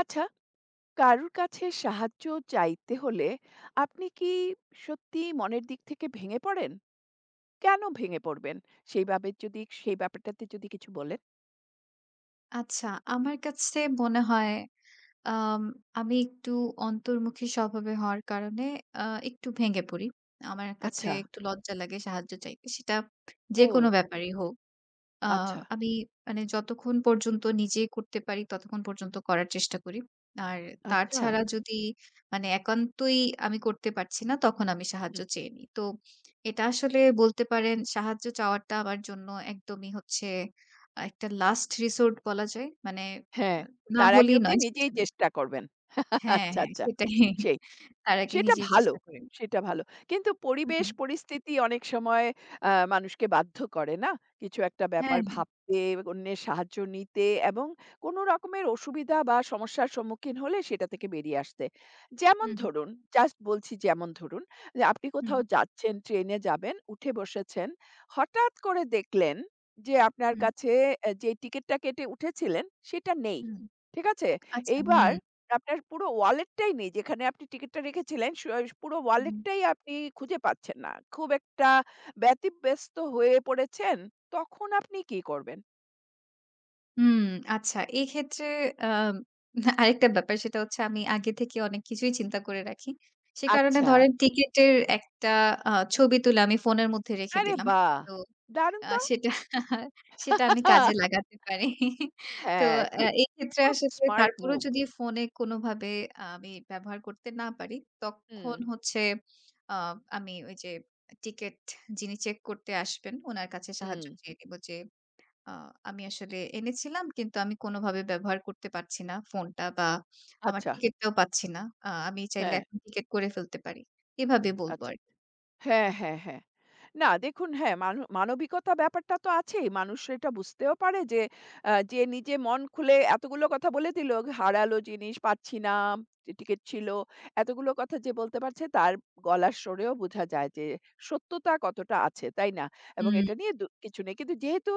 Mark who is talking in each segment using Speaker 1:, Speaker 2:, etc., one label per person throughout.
Speaker 1: আচ্ছা, কারুর কাছে সাহায্য চাইতে হলে আপনি কি সত্যিই মনের দিক থেকে ভেঙে পড়েন? কেন ভেঙে পড়বেন? সেই ভাবে যদি সেই ব্যাপারটাতে যদি কিছু বলেন।
Speaker 2: আচ্ছা, আমার কাছে মনে হয় আম আমি একটু অন্তর্মুখী স্বভাবের হওয়ার কারণে আ একটু ভেঙে পড়ি। আমার কাছে
Speaker 1: আচ্ছা।
Speaker 2: একটু লজ্জা লাগে সাহায্য চাইতে। সেটা যেকোনো
Speaker 1: ও!
Speaker 2: ব্যাপারই হোক। আ
Speaker 1: আচ্ছা,
Speaker 2: আমি মানে যতক্ষণ পর্যন্ত নিজে করতে পারি ততক্ষণ পর্যন্ত করার চেষ্টা করি। আর তার
Speaker 1: আচ্ছা।
Speaker 2: ছাড়া যদি মানে একান্তই আমি করতে পারছি না তখন আমি সাহায্য
Speaker 1: হুম,
Speaker 2: চেয়ে নিই। তো এটা আসলে বলতে পারেন সাহায্য চাওয়াটা আমার জন্য একদমই হচ্ছে একটা লাস্ট রিসোর্ট বলা যায়। মানে আ
Speaker 1: হ্যাঁ।
Speaker 2: না
Speaker 1: তার আগে
Speaker 2: হলেই
Speaker 1: অব্দি
Speaker 2: নয়
Speaker 1: নিজেই
Speaker 2: সেজন্য
Speaker 1: চেষ্টা করবেন।
Speaker 2: হ্যাঁ,
Speaker 1: আচ্ছা,
Speaker 2: হ্যাঁ
Speaker 1: আচ্ছা।
Speaker 2: সেটাই।
Speaker 1: সেই
Speaker 2: তার আগে
Speaker 1: সেটা
Speaker 2: নিজেই
Speaker 1: ভালো,
Speaker 2: চেষ্টা করি।
Speaker 1: সেটা ভালো। কিন্তু
Speaker 2: হুম,
Speaker 1: পরিবেশ
Speaker 2: হুম।
Speaker 1: পরিস্থিতি অনেক সময় মানুষকে বাধ্য করে না? কিছু একটা ব্যাপার
Speaker 2: হ্যাঁ, হ্যাঁ।
Speaker 1: ভাবতে, অন্যের সাহায্য নিতে এবং কোন রকমের অসুবিধা বা সমস্যার সম্মুখীন হলে সেটা থেকে বেরিয়ে আসতে। যেমন
Speaker 2: হুম, হুম,
Speaker 1: ধরুন, জাস্ট বলছি যেমন ধরুন, যে আপনি
Speaker 2: হুম,
Speaker 1: কোথাও যাচ্ছেন, ট্রেনে যাবেন, উঠে বসেছেন। হঠাৎ করে দেখলেন যে আপনার
Speaker 2: হুম,
Speaker 1: কাছে যে টিকেটটা কেটে উঠেছিলেন সেটা নেই।
Speaker 2: হুম।
Speaker 1: ঠিক আছে?
Speaker 2: আচ্ছা হুম,
Speaker 1: এইবার আপনার পুরো ওয়ালেটটাই নেই। যেখানে আপনি টিকেটটা রেখেছিলেন পুরো
Speaker 2: হুম।
Speaker 1: ওয়ালেটটাই আপনি খুঁজে পাচ্ছেন না। খুব একটা ব্যতিব্যস্ত হয়ে পড়েছেন। তখন আপনি কি করবেন?
Speaker 2: হুম, আচ্ছা। এক্ষেত্রে আম আরেকটা ব্যাপার সেটা হচ্ছে আমি আগে থেকে অনেক কিছুই চিন্তা করে রাখি। সে কারণে
Speaker 1: আচ্ছা।
Speaker 2: ধরেন টিকেটের একটা আ ছবি তুলে আমি ফোনের মধ্যে রেখে
Speaker 1: আরে
Speaker 2: দিলাম।
Speaker 1: বাহ!
Speaker 2: তো
Speaker 1: দারুণ তো!
Speaker 2: সেটা সেটা আমি কাজে লাগাতে পারি। তো
Speaker 1: হ্যাঁ, ঠিক।
Speaker 2: এক্ষেত্রে
Speaker 1: খুব
Speaker 2: আসলে
Speaker 1: স্মার্ট
Speaker 2: তারপরেও
Speaker 1: মুভ।
Speaker 2: যদি ফোনে কোনোভাবে আমি ব্যবহার করতে না পারি,
Speaker 1: হুম,
Speaker 2: তখন হচ্ছে আ আমি ওই যে টিকেট যিনি চেক করতে আসবেন, উনার কাছে সাহায্য
Speaker 1: হুম।
Speaker 2: চেয়ে নিব যে আ আমি আসলে এনেছিলাম কিন্তু আমি কোনোভাবে ব্যবহার করতে পারছি না ফোনটা বা আমার
Speaker 1: আচ্ছা,
Speaker 2: টিকেটটাও পাচ্ছি না। আমি চাইলে
Speaker 1: হ্যাঁ,
Speaker 2: এখন টিকেট করে ফেলতে পারি। এভাবে বলবো
Speaker 1: আচ্ছা।
Speaker 2: আরকি।
Speaker 1: হ্যাঁ, হ্যাঁ, হ্যাঁ। না দেখুন হ্যাঁ, মানব মানবিকতা ব্যাপারটা তো আছেই। মানুষ এটা বুঝতেও পারে যে যে নিজে মন খুলে এতগুলো কথা বলে দিল, হারালো জিনিস পাচ্ছি না, টিকেট ছিল। এতগুলো কথা যে বলতে পারছে তার গলার স্বরেও বোঝা যায় যে সত্যতা কতটা আছে, তাই না? এবং
Speaker 2: হুম,
Speaker 1: এটা নিয়ে কিছু নেই। কিন্তু যেহেতু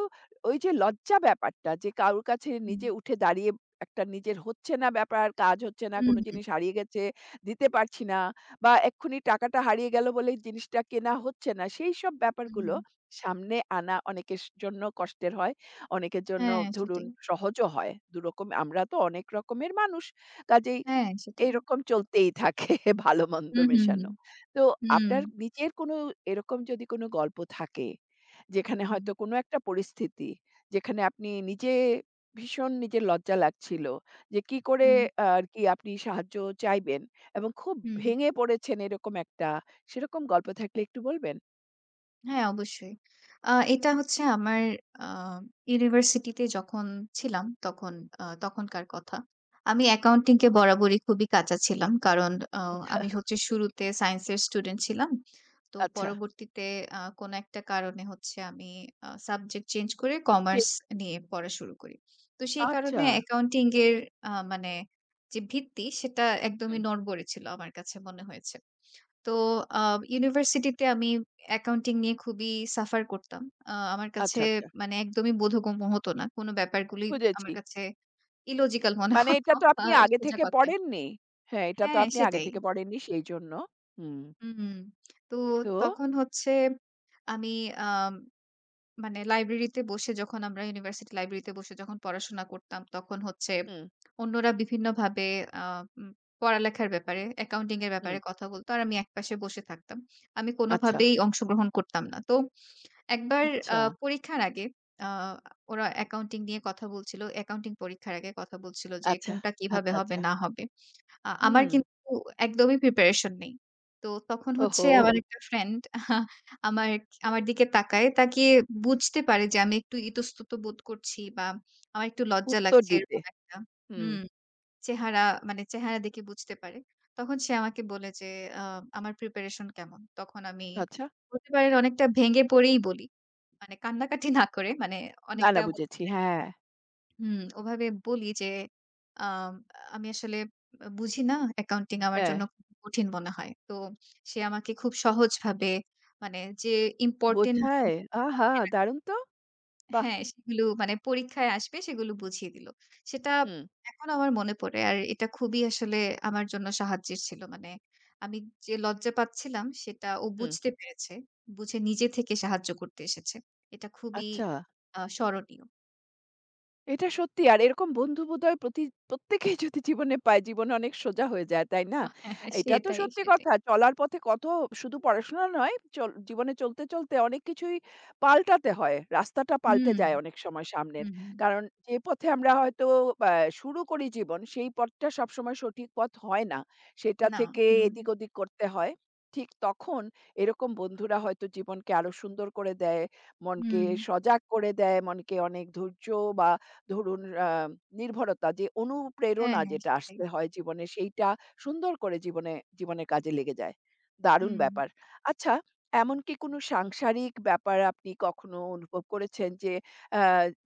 Speaker 1: ওই যে লজ্জা ব্যাপারটা যে কারুর কাছে
Speaker 2: হুম,
Speaker 1: নিজে উঠে দাঁড়িয়ে একটা নিজের হচ্ছে না ব্যাপার, কাজ হচ্ছে না,
Speaker 2: হুম,
Speaker 1: কোনো
Speaker 2: হুম,
Speaker 1: জিনিস হারিয়ে গেছে, দিতে পারছি না। বা এক্ষুনি টাকাটা হারিয়ে গেল বলে জিনিসটা কেনা হচ্ছে না। সেইসব
Speaker 2: হুম।
Speaker 1: ব্যাপারগুলো সামনে আনা অনেকের জন্য কষ্টের হয়। অনেকের জন্য
Speaker 2: হ্যাঁ,
Speaker 1: ধরুন
Speaker 2: সেটাই।
Speaker 1: সহজও হয়। ২ রকম আমরা তো অনেক রকমের মানুষ। কাজেই
Speaker 2: হ্যাঁ, সেটাই।
Speaker 1: এরকম চলতেই থাকে ভালো-মন্দ
Speaker 2: হুম, হুম, হুম।
Speaker 1: মেশানো। তো
Speaker 2: হুম,
Speaker 1: আপনার নিজের কোনো এরকম যদি কোনো গল্প থাকে যেখানে
Speaker 2: হুম,
Speaker 1: হয়তো কোনো একটা পরিস্থিতি, যেখানে আপনি নিজে ভীষণ নিজের লজ্জা লাগছিল যে কি করে
Speaker 2: হুম,
Speaker 1: আরকি আপনি সাহায্য চাইবেন এবং খুব
Speaker 2: হুম।
Speaker 1: ভেঙে পড়েছেন এরকম একটা সেরকম গল্প থাকলে একটু বলবেন?
Speaker 2: হ্যাঁ, অবশ্যই। এটা হচ্ছে আমার আ ইউনিভার্সিটিতে যখন ছিলাম তখন তখনকার কথা। আমি অ্যাকাউন্টিং এ বরাবরই খুবই কাঁচা ছিলাম। কারণ আ আমি হচ্ছে শুরুতে সায়েন্স এর স্টুডেন্ট ছিলাম। তো
Speaker 1: আচ্ছা।
Speaker 2: পরবর্তীতে কোনো একটা কারণে হচ্ছে আমি সাবজেক্ট চেঞ্জ করে
Speaker 1: ঠিক
Speaker 2: কমার্স
Speaker 1: আছে।
Speaker 2: নিয়ে পড়া শুরু করি। তো সেই কারণে
Speaker 1: আচ্ছা।
Speaker 2: অ্যাকাউন্টিং এর মানে যে ভিত্তি সেটা একদমই
Speaker 1: হুম।
Speaker 2: নড়বড়ে ছিল আমার কাছে মনে হয়েছে। তো আ ইউনিভার্সিটিতে আমি অ্যাকাউন্টিং নিয়ে খুবই সাফার করতাম। আমার কাছে
Speaker 1: আচ্ছা, আচ্ছা।
Speaker 2: মানে একদমই বোধগম্য হতো না। কোন ব্যাপারগুলি আমার
Speaker 1: বুঝেছি।
Speaker 2: কাছে ইলজিক্যাল মনে
Speaker 1: মানে
Speaker 2: হতো
Speaker 1: এটা তো
Speaker 2: আ
Speaker 1: আপনি আগে
Speaker 2: সোজা
Speaker 1: থেকে
Speaker 2: কথায়।
Speaker 1: পড়েননি। হ্যাঁ, এটা তো
Speaker 2: হ্যাঁ,
Speaker 1: আপনি আগে
Speaker 2: সেটাই।
Speaker 1: থেকে পড়েননি সেইজন্য। হুম।
Speaker 2: হুম। তো
Speaker 1: তো?
Speaker 2: তখন হচ্ছে আমি আম মানে লাইব্রেরিতে বসে যখন আমরা ইউনিভার্সিটি লাইব্রেরিতে বসে যখন পড়াশোনা করতাম, তখন হচ্ছে
Speaker 1: হুম,
Speaker 2: অন্যরা বিভিন্নভাবে আ উম পড়ালেখার ব্যাপারে, অ্যাকাউন্টিং এর ব্যাপারে
Speaker 1: হুম।
Speaker 2: কথা বলত। আর আমি একপাশে বসে থাকতাম। আমি
Speaker 1: আচ্ছা,
Speaker 2: কোনোভাবেই অংশগ্রহণ করতাম না। তো একবার আ
Speaker 1: আচ্ছা,
Speaker 2: পরীক্ষার আগে আ ওরা অ্যাকাউন্টিং নিয়ে কথা বলছিল। অ্যাকাউন্টিং পরীক্ষার আগে কথা বলছিল যে,
Speaker 1: আচ্ছা,
Speaker 2: কোনটা কিভাবে
Speaker 1: আচ্ছা,
Speaker 2: হবে
Speaker 1: আচ্ছা।
Speaker 2: না হবে। আমার
Speaker 1: হুম।
Speaker 2: কিন্তু একদমই প্রিপারেশন নেই। তো তখন হচ্ছে
Speaker 1: ওহো!
Speaker 2: আমার একটা ফ্রেন্ড আমার আমার দিকে তাকায়। তাকিয়ে বুঝতে পারে যে আমি একটু ইতস্তত বোধ করছি বা আমার একটু লজ্জা
Speaker 1: উত্তর
Speaker 2: লাগছে
Speaker 1: দিতে।
Speaker 2: এরকম একটা
Speaker 1: হুম,
Speaker 2: হুম, চেহারা মানে চেহারা দেখে বুঝতে পারে। তখন সে আমাকে বলে যে আ আমার প্রিপারেশন কেমন? তখন আমি
Speaker 1: আচ্ছা।
Speaker 2: বলতে পারেন অনেকটা ভেঙে পড়েই বলি। মানে কান্নাকাটি না করে মানে
Speaker 1: না,
Speaker 2: অনেকটা
Speaker 1: না বুঝেছি। হ্যাঁ,
Speaker 2: হুম, ওভাবে বলি যে আম আমি আসলে বুঝি না অ্যাকাউন্টিং আমার
Speaker 1: হ্যাঁ।
Speaker 2: জন্য খুব কঠিন মনে হয়। তো সে আমাকে খুব সহজভাবে মানে যে ইম্পোর্টেন্ট
Speaker 1: বোঝায়?
Speaker 2: জিনিস
Speaker 1: আহা!
Speaker 2: মাথায় রাখ
Speaker 1: দারুণ তো! বাহ!
Speaker 2: হ্যাঁ, সেগুলো মানে পরীক্ষায় আসবে সেগুলো বুঝিয়ে দিল। সেটা
Speaker 1: হুম,
Speaker 2: এখনো আমার মনে পড়ে। আর এটা খুবই আসলে আমার জন্য সাহায্যের ছিল। মানে আমি যে লজ্জা পাচ্ছিলাম সেটা ও
Speaker 1: হুম।
Speaker 2: বুঝতে পেরেছে। বুঝে নিজে থেকে সাহায্য করতে এসেছে। এটা খুবই
Speaker 1: আচ্ছা।
Speaker 2: স্মরণীয়।
Speaker 1: এটা সত্যি। আর এরকম বন্ধু বোধহয় প্রত্যেকেই যদি জীবনে পায়, জীবনে অনেক সোজা হয়ে যায়, তাই না?
Speaker 2: হ্যাঁ,
Speaker 1: এটা তো
Speaker 2: সেটাই,
Speaker 1: সত্যি
Speaker 2: সেটাই।
Speaker 1: কথা। চলার পথে কত শুধু পড়াশোনা নয়, জীবনে চলতে, চলতে অনেক কিছুই পাল্টাতে হয়। রাস্তাটা পাল্টে
Speaker 2: হুম,
Speaker 1: যায় অনেক সময় সামনের।
Speaker 2: হুম, হুম।
Speaker 1: কারণ যে পথে আমরা হয়তো আ শুরু করি জীবন, সেই পথটা সবসময় সঠিক পথ হয় না। সেটা
Speaker 2: না,
Speaker 1: থেকে
Speaker 2: হুম,
Speaker 1: এদিক ওদিক করতে হয়। ঠিক তখন এরকম বন্ধুরা হয়তো জীবনকে আরো সুন্দর করে দেয়, মনকে
Speaker 2: হুম।
Speaker 1: সজাগ করে দেয়, মনকে অনেক ধৈর্য বা ধরুন আ নির্ভরতা যে
Speaker 2: হ্যাঁ,
Speaker 1: অনুপ্রেরণা
Speaker 2: হ্যাঁ,
Speaker 1: যেটা
Speaker 2: সেটাই।
Speaker 1: আসতে হয় জীবনে সেইটা সুন্দর করে জীবনে জীবনে কাজে লেগে যায়। দারুণ
Speaker 2: হুম,
Speaker 1: ব্যাপার। আচ্ছা এমন কি কোনো সাংসারিক ব্যাপার আপনি কখনো অনুভব করেছেন যে আ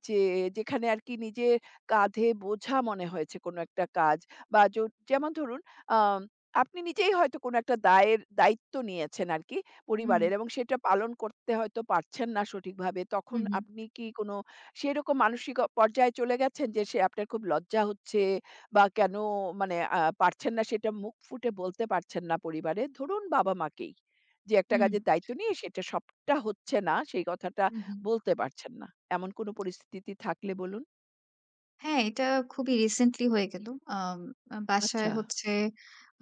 Speaker 1: যে যেখানে আরকি নিজের কাঁধে বোঝা মনে হয়েছে কোনো একটা কাজ বা যেমন ধরুন আম আপনি নিজেই হয়তো কোনো একটা দায়িত্ব নিয়েছেন আরকি
Speaker 2: হুম,
Speaker 1: পরিবারের এবং সেটা পালন করতে হয়তো পারছেন না সঠিকভাবে। তখন
Speaker 2: হুম, হুম,
Speaker 1: আপনি কি কোনো সেরকম মানসিক পর্যায়ে চলে গেছেন যে সে আপনার খুব লজ্জা হচ্ছে বা কেন মানে পারছেন না সেটা মুখ ফুটে বলতে পারছেন না পরিবারে? ধরুন বাবা-মাকেই যে একটা
Speaker 2: হুম,
Speaker 1: কাজের দায়িত্ব নিয়ে সেটা সবটা হচ্ছে না, সেই কথাটা
Speaker 2: হুম, হুম।
Speaker 1: বলতে পারছেন না। এমন কোনো পরিস্থিতি থাকলে বলুন?
Speaker 2: হ্যাঁ, এটা খুবই রিসেন্টলি হয়ে গেল। আম বাসায়
Speaker 1: আচ্ছা,
Speaker 2: হচ্ছে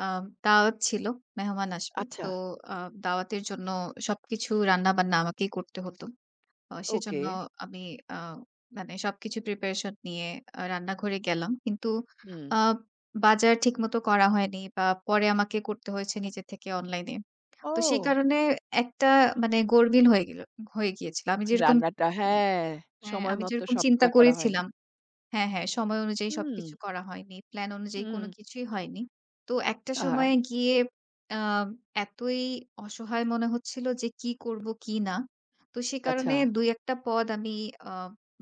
Speaker 2: দাওয়াত ছিল, মেহমান আসবে।
Speaker 1: আচ্ছা।
Speaker 2: তো আ দাওয়াতের জন্য সবকিছু রান্নাবান্না আমাকেই করতে হতো।
Speaker 1: ওকে,
Speaker 2: সেজন্য আমি আ মানে সবকিছু প্রিপারেশন নিয়ে রান্নাঘরে গেলাম। কিন্তু
Speaker 1: হুম।
Speaker 2: আ বাজার ঠিকমতো করা হয়নি বা পরে আমাকে করতে হয়েছে নিজে থেকে অনলাইনে। তো সেই
Speaker 1: ও!
Speaker 2: কারণে একটা মানে গরমিল হয়ে গিয়েছিল। আমি যেরকম
Speaker 1: রান্নাটা হ্যাঁ,
Speaker 2: হ্যাঁ,
Speaker 1: সময়
Speaker 2: আমি
Speaker 1: মতো
Speaker 2: যেরকম চিন্তা
Speaker 1: সবটা করা হয়নি।
Speaker 2: করেছিলাম হ্যাঁ, হ্যাঁ। সময় অনুযায়ী
Speaker 1: হুম,
Speaker 2: সবকিছু করা হয়নি। প্ল্যান অনুযায়ী
Speaker 1: হুম।
Speaker 2: কোনো কিছুই হয়নি। তো একটা
Speaker 1: আহা!
Speaker 2: সময়ে গিয়ে আ এতই অসহায় মনে হচ্ছিল যে কি করব, কি না। তো সে কারণে
Speaker 1: আচ্ছা।
Speaker 2: ২-১ টা পদ আমি আ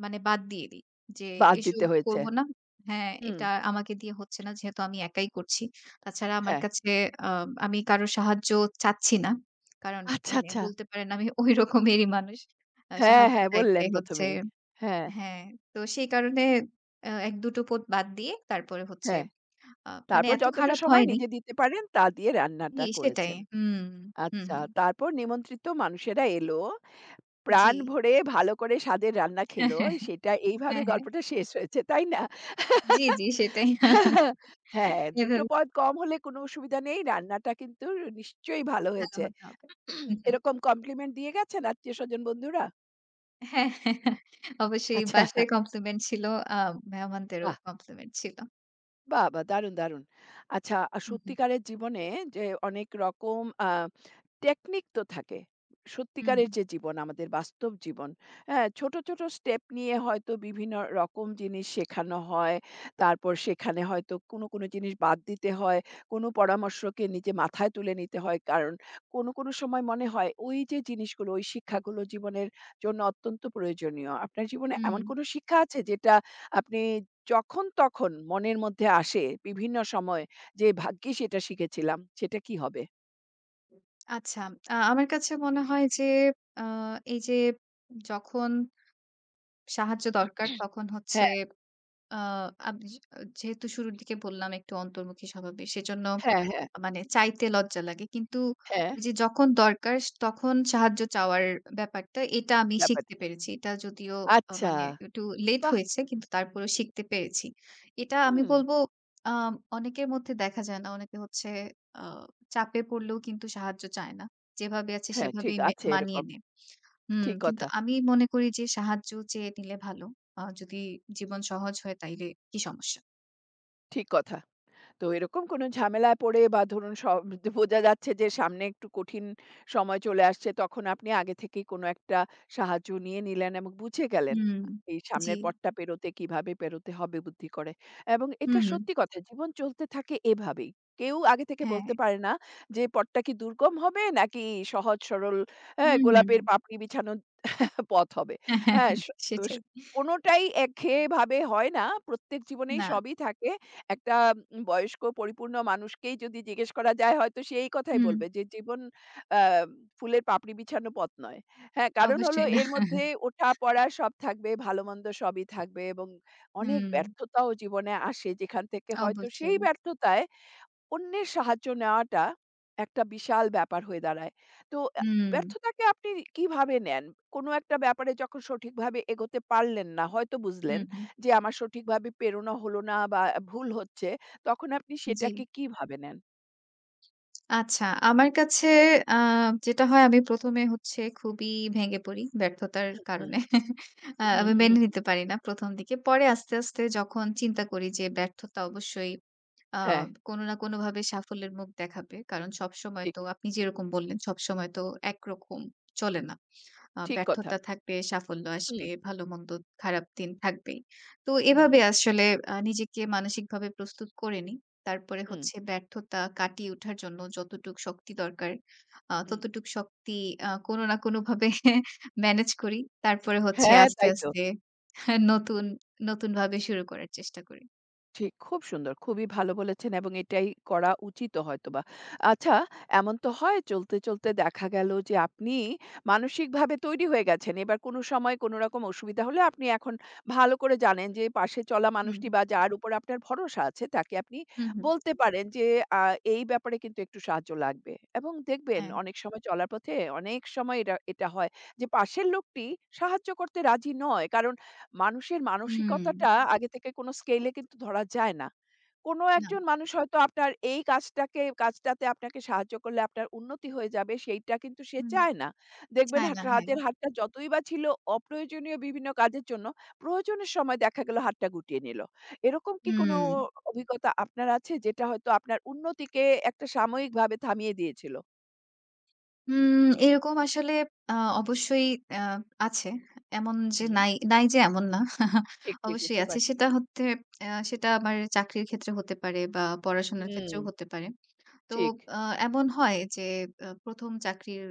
Speaker 2: মানে বাদ দিয়ে দিই। যে
Speaker 1: বাদ
Speaker 2: এসব
Speaker 1: দিতে হয়েছে।
Speaker 2: করব না। হ্যাঁ,
Speaker 1: হুম,
Speaker 2: এটা আমাকে দিয়ে হচ্ছে না যেহেতু আমি একাই করছি। তাছাড়া আমার
Speaker 1: হ্যাঁ।
Speaker 2: কাছে আ আমি কারো সাহায্য চাচ্ছি না। কারণ
Speaker 1: আচ্ছা,
Speaker 2: মানে
Speaker 1: আচ্ছা।
Speaker 2: বলতে পারেন আমি ওই রকমেরই মানুষ।
Speaker 1: হ্যাঁ,
Speaker 2: সাহায্য
Speaker 1: হ্যাঁ
Speaker 2: চাইতে
Speaker 1: বললেন ১ম
Speaker 2: হচ্ছে
Speaker 1: এই। হ্যাঁ,
Speaker 2: হ্যাঁ, তো সেই কারণে ১-২ টো পদ বাদ দিয়ে তারপরে হচ্ছে
Speaker 1: হ্যাঁ।
Speaker 2: আ মানে
Speaker 1: তারপর
Speaker 2: এত
Speaker 1: যতটা
Speaker 2: খারাপ
Speaker 1: সময়
Speaker 2: হয়নি।
Speaker 1: নিজে দিতে পারেন তা দিয়ে
Speaker 2: জি,
Speaker 1: রান্নাটা
Speaker 2: সেটাই।
Speaker 1: করেছেন।
Speaker 2: হুম, হুম,
Speaker 1: আচ্ছা,
Speaker 2: হুম।
Speaker 1: তারপর নিমন্ত্রিত মানুষেরা এলো।
Speaker 2: জি।
Speaker 1: প্রাণ ভরে ভালো করে স্বাদের রান্না
Speaker 2: হ্যাঁ,
Speaker 1: খেলো।
Speaker 2: হ্যাঁ,
Speaker 1: সেটা এইভাবে
Speaker 2: হ্যাঁ, হ্যাঁ।
Speaker 1: গল্পটা শেষ হয়েছে, তাই না?
Speaker 2: জি, জি, সেটাই।
Speaker 1: হ্যাঁ, ২
Speaker 2: এভাবে
Speaker 1: টো পদ কম হলে কোনো অসুবিধা নেই। রান্নাটা কিন্তু নিশ্চয়ই ভালো
Speaker 2: ভালো
Speaker 1: হয়েছে।
Speaker 2: হতে হবে। হুম, হুম।
Speaker 1: এরকম কমপ্লিমেন্ট দিয়ে গেছেন আত্মীয়স্বজন, বন্ধুরা?
Speaker 2: হ্যাঁ, হ্যাঁ, হ্যাঁ, অবশ্যই
Speaker 1: আচ্ছা,
Speaker 2: বাসায় কমপ্লিমেন্ট ছিল, আ মেহমানদেরও
Speaker 1: বাহ!
Speaker 2: কমপ্লিমেন্ট ছিল।
Speaker 1: বাহ! বাহ! দারুণ, দারুণ। আচ্ছা,
Speaker 2: হুম, হুম।
Speaker 1: সত্যিকারের জীবনে যে অনেক রকম টেকনিক তো থাকে।
Speaker 2: হুম,
Speaker 1: সত্যিকারের
Speaker 2: হুম।
Speaker 1: যে জীবন, আমাদের বাস্তব জীবন, হ্যাঁ? ছোট, ছোট স্টেপ নিয়ে হয়তো বিভিন্ন রকম জিনিস শেখানো হয়। তারপর সেখানে হয়তো কোনো, কোনো জিনিস বাদ দিতে হয়। কোনো পরামর্শকে নিজে মাথায় তুলে নিতে হয়। কারণ কোনো, কোনো সময় মনে হয় ওই যে জিনিসগুলো, ওই শিক্ষাগুলো জীবনের জন্য অত্যন্ত প্রয়োজনীয়। আপনার জীবনে এমন
Speaker 2: হুম।
Speaker 1: কোনো শিক্ষা আছে যেটা আপনি যখন তখন মনের মধ্যে আসে বিভিন্ন সময় যে ভাগ্যিস এটা শিখেছিলাম, সেটা কি হবে?
Speaker 2: আচ্ছা, আমার কাছে মনে হয় যে আ এই যে যখন সাহায্য দরকার তখন হচ্ছে
Speaker 1: হ্যাঁ,
Speaker 2: আ জি যেহেতু শুরুর দিকে বললাম একটু অন্তর্মুখী স্বভাবের সেজন্য
Speaker 1: হ্যাঁ, হ্যাঁ।
Speaker 2: মানে চাইতে লজ্জা লাগে। কিন্তু
Speaker 1: হ্যাঁ,
Speaker 2: ওই যে যখন দরকার তখন সাহায্য চাওয়ার ব্যাপারটা এটা আমি
Speaker 1: ব্যাপার
Speaker 2: শিখতে পেরেছি। এটা যদিও
Speaker 1: আচ্ছা,
Speaker 2: মানে একটু লেট
Speaker 1: বাহ!
Speaker 2: হয়েছে কিন্তু তারপরেও শিখতে পেরেছি। এটা আমি
Speaker 1: হুম,
Speaker 2: বলবো আ অনেকের মধ্যে দেখা যায় না। অনেকে হচ্ছে আ চাপে পড়লেও কিন্তু সাহায্য চায় না। যেভাবে আছে
Speaker 1: হ্যাঁ, ঠিক
Speaker 2: সেভাবেই
Speaker 1: আছে
Speaker 2: মানিয়ে
Speaker 1: এরকম।
Speaker 2: নেয়। হুম,
Speaker 1: ঠিক
Speaker 2: কিন্তু
Speaker 1: কথা,
Speaker 2: আমি মনে করি যে সাহায্য চেয়ে নিলে ভালো। যদি জীবন সহজ হয় তাইলে কি সমস্যা?
Speaker 1: ঠিক কথা। তো এরকম কোনো ঝামেলায় পড়ে বা ধরুন বোঝা যাচ্ছে যে সামনে একটু কঠিন সময় চলে আসছে, তখন আপনি আগে থেকেই কোনো একটা সাহায্য নিয়ে নিলেন এবং বুঝে গেলেন
Speaker 2: হুম,
Speaker 1: এই
Speaker 2: জি।
Speaker 1: সামনের পথটা পেরোতে কিভাবে পেরোতে হবে বুদ্ধি করে। এবং এটা
Speaker 2: হুম, হুম।
Speaker 1: সত্যি কথা জীবন চলতে থাকে এভাবেই। কেউ আগে থেকে
Speaker 2: হ্যাঁ।
Speaker 1: বলতে পারে না যে পথটা কি দুর্গম হবে নাকি সহজ সরল, হ্যাঁ,
Speaker 2: হুম, হুম।
Speaker 1: গোলাপের পাপড়ি বিছানো পথ হবে। হ্যাঁ, স স
Speaker 2: সেটাই।
Speaker 1: কোনটাই একঘেয়ে ভাবে হয় না। প্রত্যেক জীবনেই
Speaker 2: না।
Speaker 1: সবই থাকে। একটা বয়স্ক পরিপূর্ণ মানুষকেই যদি জিজ্ঞেস করা যায় হয়তো সে এই কথাই
Speaker 2: হুম,
Speaker 1: বলবে যে জীবন আ ফুলের পাপড়ি বিছানো পথ নয়। হ্যাঁ, কারণ হলো
Speaker 2: অবশ্যই না।
Speaker 1: এর মধ্যে ওঠা-পড়া সব থাকবে, ভালো-মন্দ সবই থাকবে এবং অনেক
Speaker 2: হুম,
Speaker 1: ব্যর্থতাও জীবনে আসে যেখান থেকে হয়তো সেই
Speaker 2: অবশ্যই।
Speaker 1: ব্যর্থতায় অন্যের সাহায্য নেওয়াটা একটা বিশাল ব্যাপার হয়ে দাঁড়ায়। তো
Speaker 2: হুম,
Speaker 1: ব্যর্থতাকে আপনি কিভাবে নেন? কোনো একটা ব্যাপারে যখন সঠিকভাবে এগোতে পারলেন না, হয়তো
Speaker 2: হুম,
Speaker 1: বুঝলেন
Speaker 2: হুম।
Speaker 1: যে আমার সঠিকভাবে প্রেরণা হলো না বা ভুল হচ্ছে, তখন আপনি
Speaker 2: জি।
Speaker 1: সেটাকে কিভাবে নেন?
Speaker 2: আচ্ছা, আমার কাছে আ যেটা হয় আমি ১ম এ হচ্ছে খুবই ভেঙে পড়ি ব্যর্থতার
Speaker 1: হুম,
Speaker 2: কারণে। আমি
Speaker 1: হুম,
Speaker 2: মেনে
Speaker 1: হুম।
Speaker 2: নিতে পারি না ১ম দিকে। পরে আস্তে, আস্তে যখন চিন্তা করি যে ব্যর্থতা অবশ্যই আ
Speaker 1: হ্যাঁ,
Speaker 2: কোনো না কোনোভাবে সাফল্যের মুখ দেখাবে। কারণ সবসময়
Speaker 1: ঠিক,
Speaker 2: তো আপনি যেরকম বললেন সবসময় তো একরকম চলে না।
Speaker 1: ঠিক কথা।
Speaker 2: ব্যর্থতা থাকবে, সাফল্য
Speaker 1: হুম,
Speaker 2: আসবে, ভালো-মন্দ খারাপ দিন থাকবেই। তো
Speaker 1: হুম,
Speaker 2: এভাবে
Speaker 1: হুম,
Speaker 2: আসলে নিজেকে মানসিকভাবে প্রস্তুত করে নিই। তারপরে হচ্ছে ব্যর্থতা কাটিয়ে ওঠার জন্য যতটুক শক্তি দরকার,
Speaker 1: হুম।
Speaker 2: ততটুক শক্তি কোনো না কোনোভাবে ম্যানেজ করি। তারপরে হচ্ছে
Speaker 1: হ্যাঁ,
Speaker 2: আস্তে,
Speaker 1: তাই তো।
Speaker 2: আস্তে নতুন, নতুনভাবে শুরু করার চেষ্টা করি।
Speaker 1: ঠিক, খুব সুন্দর। খুবই ভালো বলেছেন এবং এটাই করা উচিতও হয়তোবা। আচ্ছা, এমন তো হয় চলতে, চলতে দেখা গেল যে আপনি মানসিকভাবে তৈরি হয়ে গেছেন। এবার কোনো সময় কোনো রকম অসুবিধা হলে আপনি এখন ভালো করে জানেন যে পাশে চলা
Speaker 2: হুম,
Speaker 1: মানুষটি বা যার উপর আপনার ভরসা আছে তাকে আপনি
Speaker 2: হুম, হুম।
Speaker 1: বলতে পারেন যে আ এই ব্যাপারে কিন্তু একটু সাহায্য লাগবে। এবং দেখবেন
Speaker 2: হ্যাঁ।
Speaker 1: অনেক সময় চলার পথে অনেক সময় এটা এটা হয় যে পাশের লোকটি সাহায্য করতে রাজি নয়। কারণ মানুষের
Speaker 2: হুম।
Speaker 1: মানসিকতাটা আগে থেকে কোনো স্কেলে কিন্তু ধরা যায় না। কোনো
Speaker 2: না।
Speaker 1: একজন মানুষ হয়তো আপনার এই কাজটাতে আপনাকে সাহায্য করলে আপনার উন্নতি হয়ে যাবে সেইটা কিন্তু সে
Speaker 2: হুম।
Speaker 1: চায় না। দেখবেন
Speaker 2: চায়
Speaker 1: হা
Speaker 2: না, হ্যাঁ।
Speaker 1: সাহায্যের হাতটা যতই বা ছিল অপ্রয়োজনীয় বিভিন্ন কাজের জন্য, প্রয়োজনের সময় দেখা গেল হাতটা গুটিয়ে নিল। এরকম কি কোনো
Speaker 2: হুম।
Speaker 1: অভিজ্ঞতা আপনার আছে যেটা হয়তো আপনার উন্নতিকে একটা সাময়িকভাবে থামিয়ে দিয়েছিল?
Speaker 2: উম এরকম আসলে আ অবশ্যই আ আছে। এমন যে
Speaker 1: হুম,
Speaker 2: নাই, নাই যে এমন না।
Speaker 1: ঠিক, ঠিক
Speaker 2: অবশ্যই
Speaker 1: বুঝতে
Speaker 2: আছে।
Speaker 1: পারছি।
Speaker 2: সেটা হচ্ছে সেটা আমার চাকরির ক্ষেত্রে হতে পারে বা পড়াশোনার
Speaker 1: হুম,
Speaker 2: ক্ষেত্রেও হতে পারে। তো
Speaker 1: ঠিক।
Speaker 2: আ এমন হয় যে ১ম চাকরির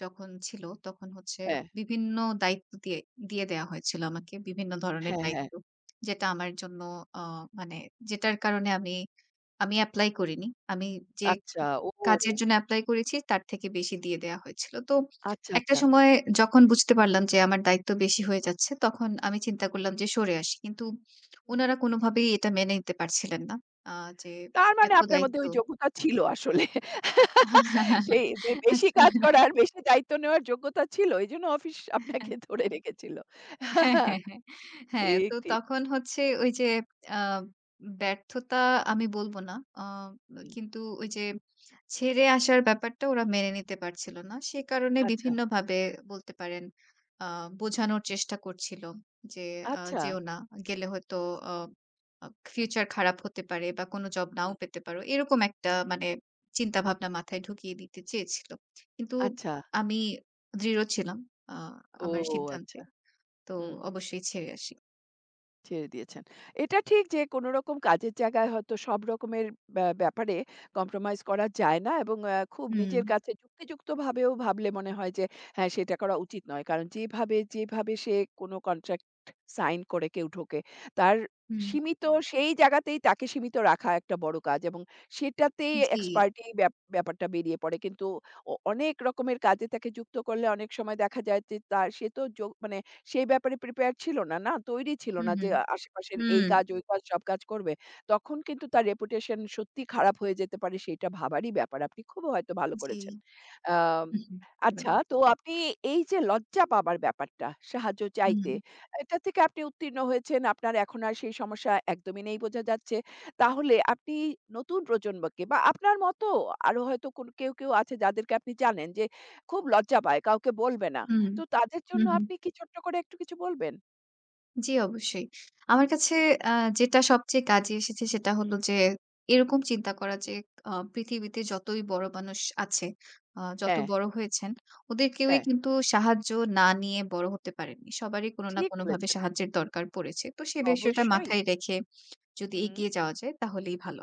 Speaker 2: যখন ছিল তখন হচ্ছে
Speaker 1: হ্যাঁ,
Speaker 2: বিভিন্ন দায়িত্ব দিয়ে দিয়ে দেয়া হয়েছিল আমাকে। বিভিন্ন ধরনের
Speaker 1: হ্যাঁ, হ্যাঁ।
Speaker 2: দায়িত্ব। যেটা আমার জন্য আ মানে যেটার কারণে আমি আমি এপ্লাই করিনি। আমি যে
Speaker 1: আচ্ছা, ও!
Speaker 2: কাজের জন্য এপ্লাই করেছি তার থেকে বেশি দিয়ে দেয়া হয়েছিল। তো
Speaker 1: আচ্ছা,
Speaker 2: একটা
Speaker 1: আচ্ছা।
Speaker 2: সময় যখন বুঝতে পারলাম যে আমার দায়িত্ব বেশি হয়ে যাচ্ছে, তখন আমি চিন্তা করলাম যে সরে আসি। কিন্তু
Speaker 1: হুম।
Speaker 2: উনারা কোনভাবেই এটা মেনে নিতে পারছিলেন না। আ যে
Speaker 1: তার মানে
Speaker 2: এত
Speaker 1: আপনার মধ্যে
Speaker 2: দায়িত্ব
Speaker 1: ওই যোগ্যতা ছিল আসলে। সেই বেশি
Speaker 2: আচ্ছা।
Speaker 1: কাজ করার, বেশি দায়িত্ব নেওয়ার যোগ্যতা ছিল। এজন্য অফিস আপনাকে ধরে রেখেছিল।
Speaker 2: হ্যাঁ, হ্যাঁ, হ্যাঁ। হ্যাঁ,
Speaker 1: ঠিক,
Speaker 2: তো
Speaker 1: ঠিক।
Speaker 2: তখন হচ্ছে ওই যে আ ব্যর্থতা আমি বলব না।
Speaker 1: হুম।
Speaker 2: কিন্তু ওই যে ছেড়ে আসার ব্যাপারটা ওরা মেনে নিতে পারছিল না। সে কারণে
Speaker 1: আচ্ছা,
Speaker 2: বিভিন্নভাবে বলতে পারেন আ বোঝানোর চেষ্টা করছিল যে,
Speaker 1: আচ্ছা।
Speaker 2: "যেও না। গেলে হয়তো আ আ ফিউচার খারাপ হতে পারে বা কোনো জব নাও
Speaker 1: হুম,
Speaker 2: পেতে পারো।" এরকম একটা মানে চিন্তাভাবনা মাথায় ঢুকিয়ে দিতে চেয়েছিল। কিন্তু
Speaker 1: আচ্ছা।
Speaker 2: আমি দৃঢ় ছিলাম আ
Speaker 1: ও
Speaker 2: আমার সিদ্ধান্তে।
Speaker 1: আচ্ছা।
Speaker 2: তো
Speaker 1: হুম।
Speaker 2: অবশ্যই ছেড়ে আসি।
Speaker 1: ছেড়ে দিয়েছেন। এটা ঠিক যে কোনো রকম কাজের জায়গায় হয়তো সব রকমের ব্যাপারে কম্প্রোমাইজ করা যায় না এবং খুব
Speaker 2: হুম,
Speaker 1: নিজের কাছে যুক্তিযুক্তভাবেও ভাবলে মনে হয় যে হ্যাঁ, সেটা করা উচিত নয়। কারণ যেভাবে, যেভাবে সে কোনো কন্ট্রাক্ট সাইন করে কেউ ঢোকে, তার
Speaker 2: হুম।
Speaker 1: সীমিত হুম। সেই জায়গাতেই তাকে সীমিত রাখা একটা বড় কাজ এবং সেটাতেই
Speaker 2: জি।
Speaker 1: এক্সপার্টি ব্যাপারটা বেরিয়ে পড়ে। কিন্তু অনেক রকমের কাজে তাকে যুক্ত করলে অনেক সময় দেখা যায় যে তার সে তো মানে সেই ব্যাপারে প্রিপেয়ার ছিল না, না? তৈরি ছিল
Speaker 2: হুম,
Speaker 1: না যে
Speaker 2: হুম,
Speaker 1: আশেপাশের এই
Speaker 2: হুম।
Speaker 1: কাজ, ওই কাজ, সব কাজ করবে। তখন কিন্তু তার রেপুটেশন সত্যিই খারাপ হয়ে যেতে পারে সেটা ভাবারই ব্যাপার। আপনি খুব হয়তো ভালো
Speaker 2: জি।
Speaker 1: করেছেন। আম
Speaker 2: হুম, হুম।
Speaker 1: আচ্ছা
Speaker 2: ধন্যবাদ।
Speaker 1: তো আপনি এই যে লজ্জা পাবার ব্যাপারটা, সাহায্য
Speaker 2: হুম,
Speaker 1: চাইতে, এটা থেকে আপনি উত্তীর্ণ হয়েছেন। আপনার এখন আর সেই সমস্যা একদমই নেই বোঝা যাচ্ছে। তাহলে আপনি নতুন প্রজন্মকে বা আপনার মতো আরো হয়তো কোন কেউ, কেউ আছে যাদেরকে আপনি জানেন যে খুব লজ্জা পায়, কাউকে বলবে না।
Speaker 2: হুম,
Speaker 1: তো তাদের
Speaker 2: হুম,
Speaker 1: জন্য
Speaker 2: হুম।
Speaker 1: আপনি কি ছোট্ট করে একটু কিছু বলবেন?
Speaker 2: জি, অবশ্যই। আমার কাছে আ যেটা সবচেয়ে কাজে এসেছে সেটা হলো যে এরকম চিন্তা করা যে পৃথিবীতে যতই বড় মানুষ আছে, যত
Speaker 1: হ্যাঁ,
Speaker 2: বড় হয়েছেন, ওদের কেউই
Speaker 1: হ্যাঁ,
Speaker 2: কিন্তু সাহায্য না নিয়ে বড় হতে পারেনি। সবারই কোনো না
Speaker 1: ঠিক
Speaker 2: কোনোভাবে
Speaker 1: বলেছেন।
Speaker 2: সাহায্যের দরকার পড়েছে। তো সে বিষয়টা
Speaker 1: অবশ্যই।
Speaker 2: মাথায় রেখে যদি
Speaker 1: হুম।
Speaker 2: এগিয়ে যাওয়া যায় তাহলেই ভালো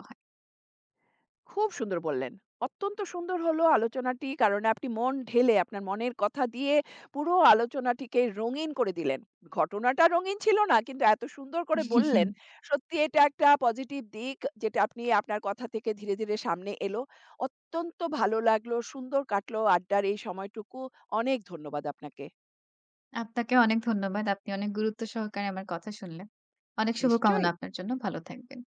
Speaker 1: খুব সুন্দর বললেন। অত্যন্ত সুন্দর হলো আলোচনাটি কারণ আপনি মন ঢেলে আপনার মনের কথা দিয়ে পুরো আলোচনাটিকে রঙিন করে দিলেন। ঘটনাটা রঙিন ছিল না কিন্তু এত সুন্দর করে
Speaker 2: হয়।
Speaker 1: বললেন। সত্যি এটা একটা পজিটিভ দিক যেটা আপনি আপনার কথা থেকে ধীরে, ধীরে সামনে এলো। অত্যন্ত ভালো লাগলো। সুন্দর কাটলো আড্ডার এই সময়টুকু। অনেক ধন্যবাদ আপনাকে।
Speaker 2: আপনাকে অনেক ধন্যবাদ। আপনি অনেক গুরুত্ব সহকারে আমার কথা শুনলেন। অনেক শুভকামনা
Speaker 1: নিশ্চয়ই।
Speaker 2: আপনার জন্য। ভালো থাকবেন।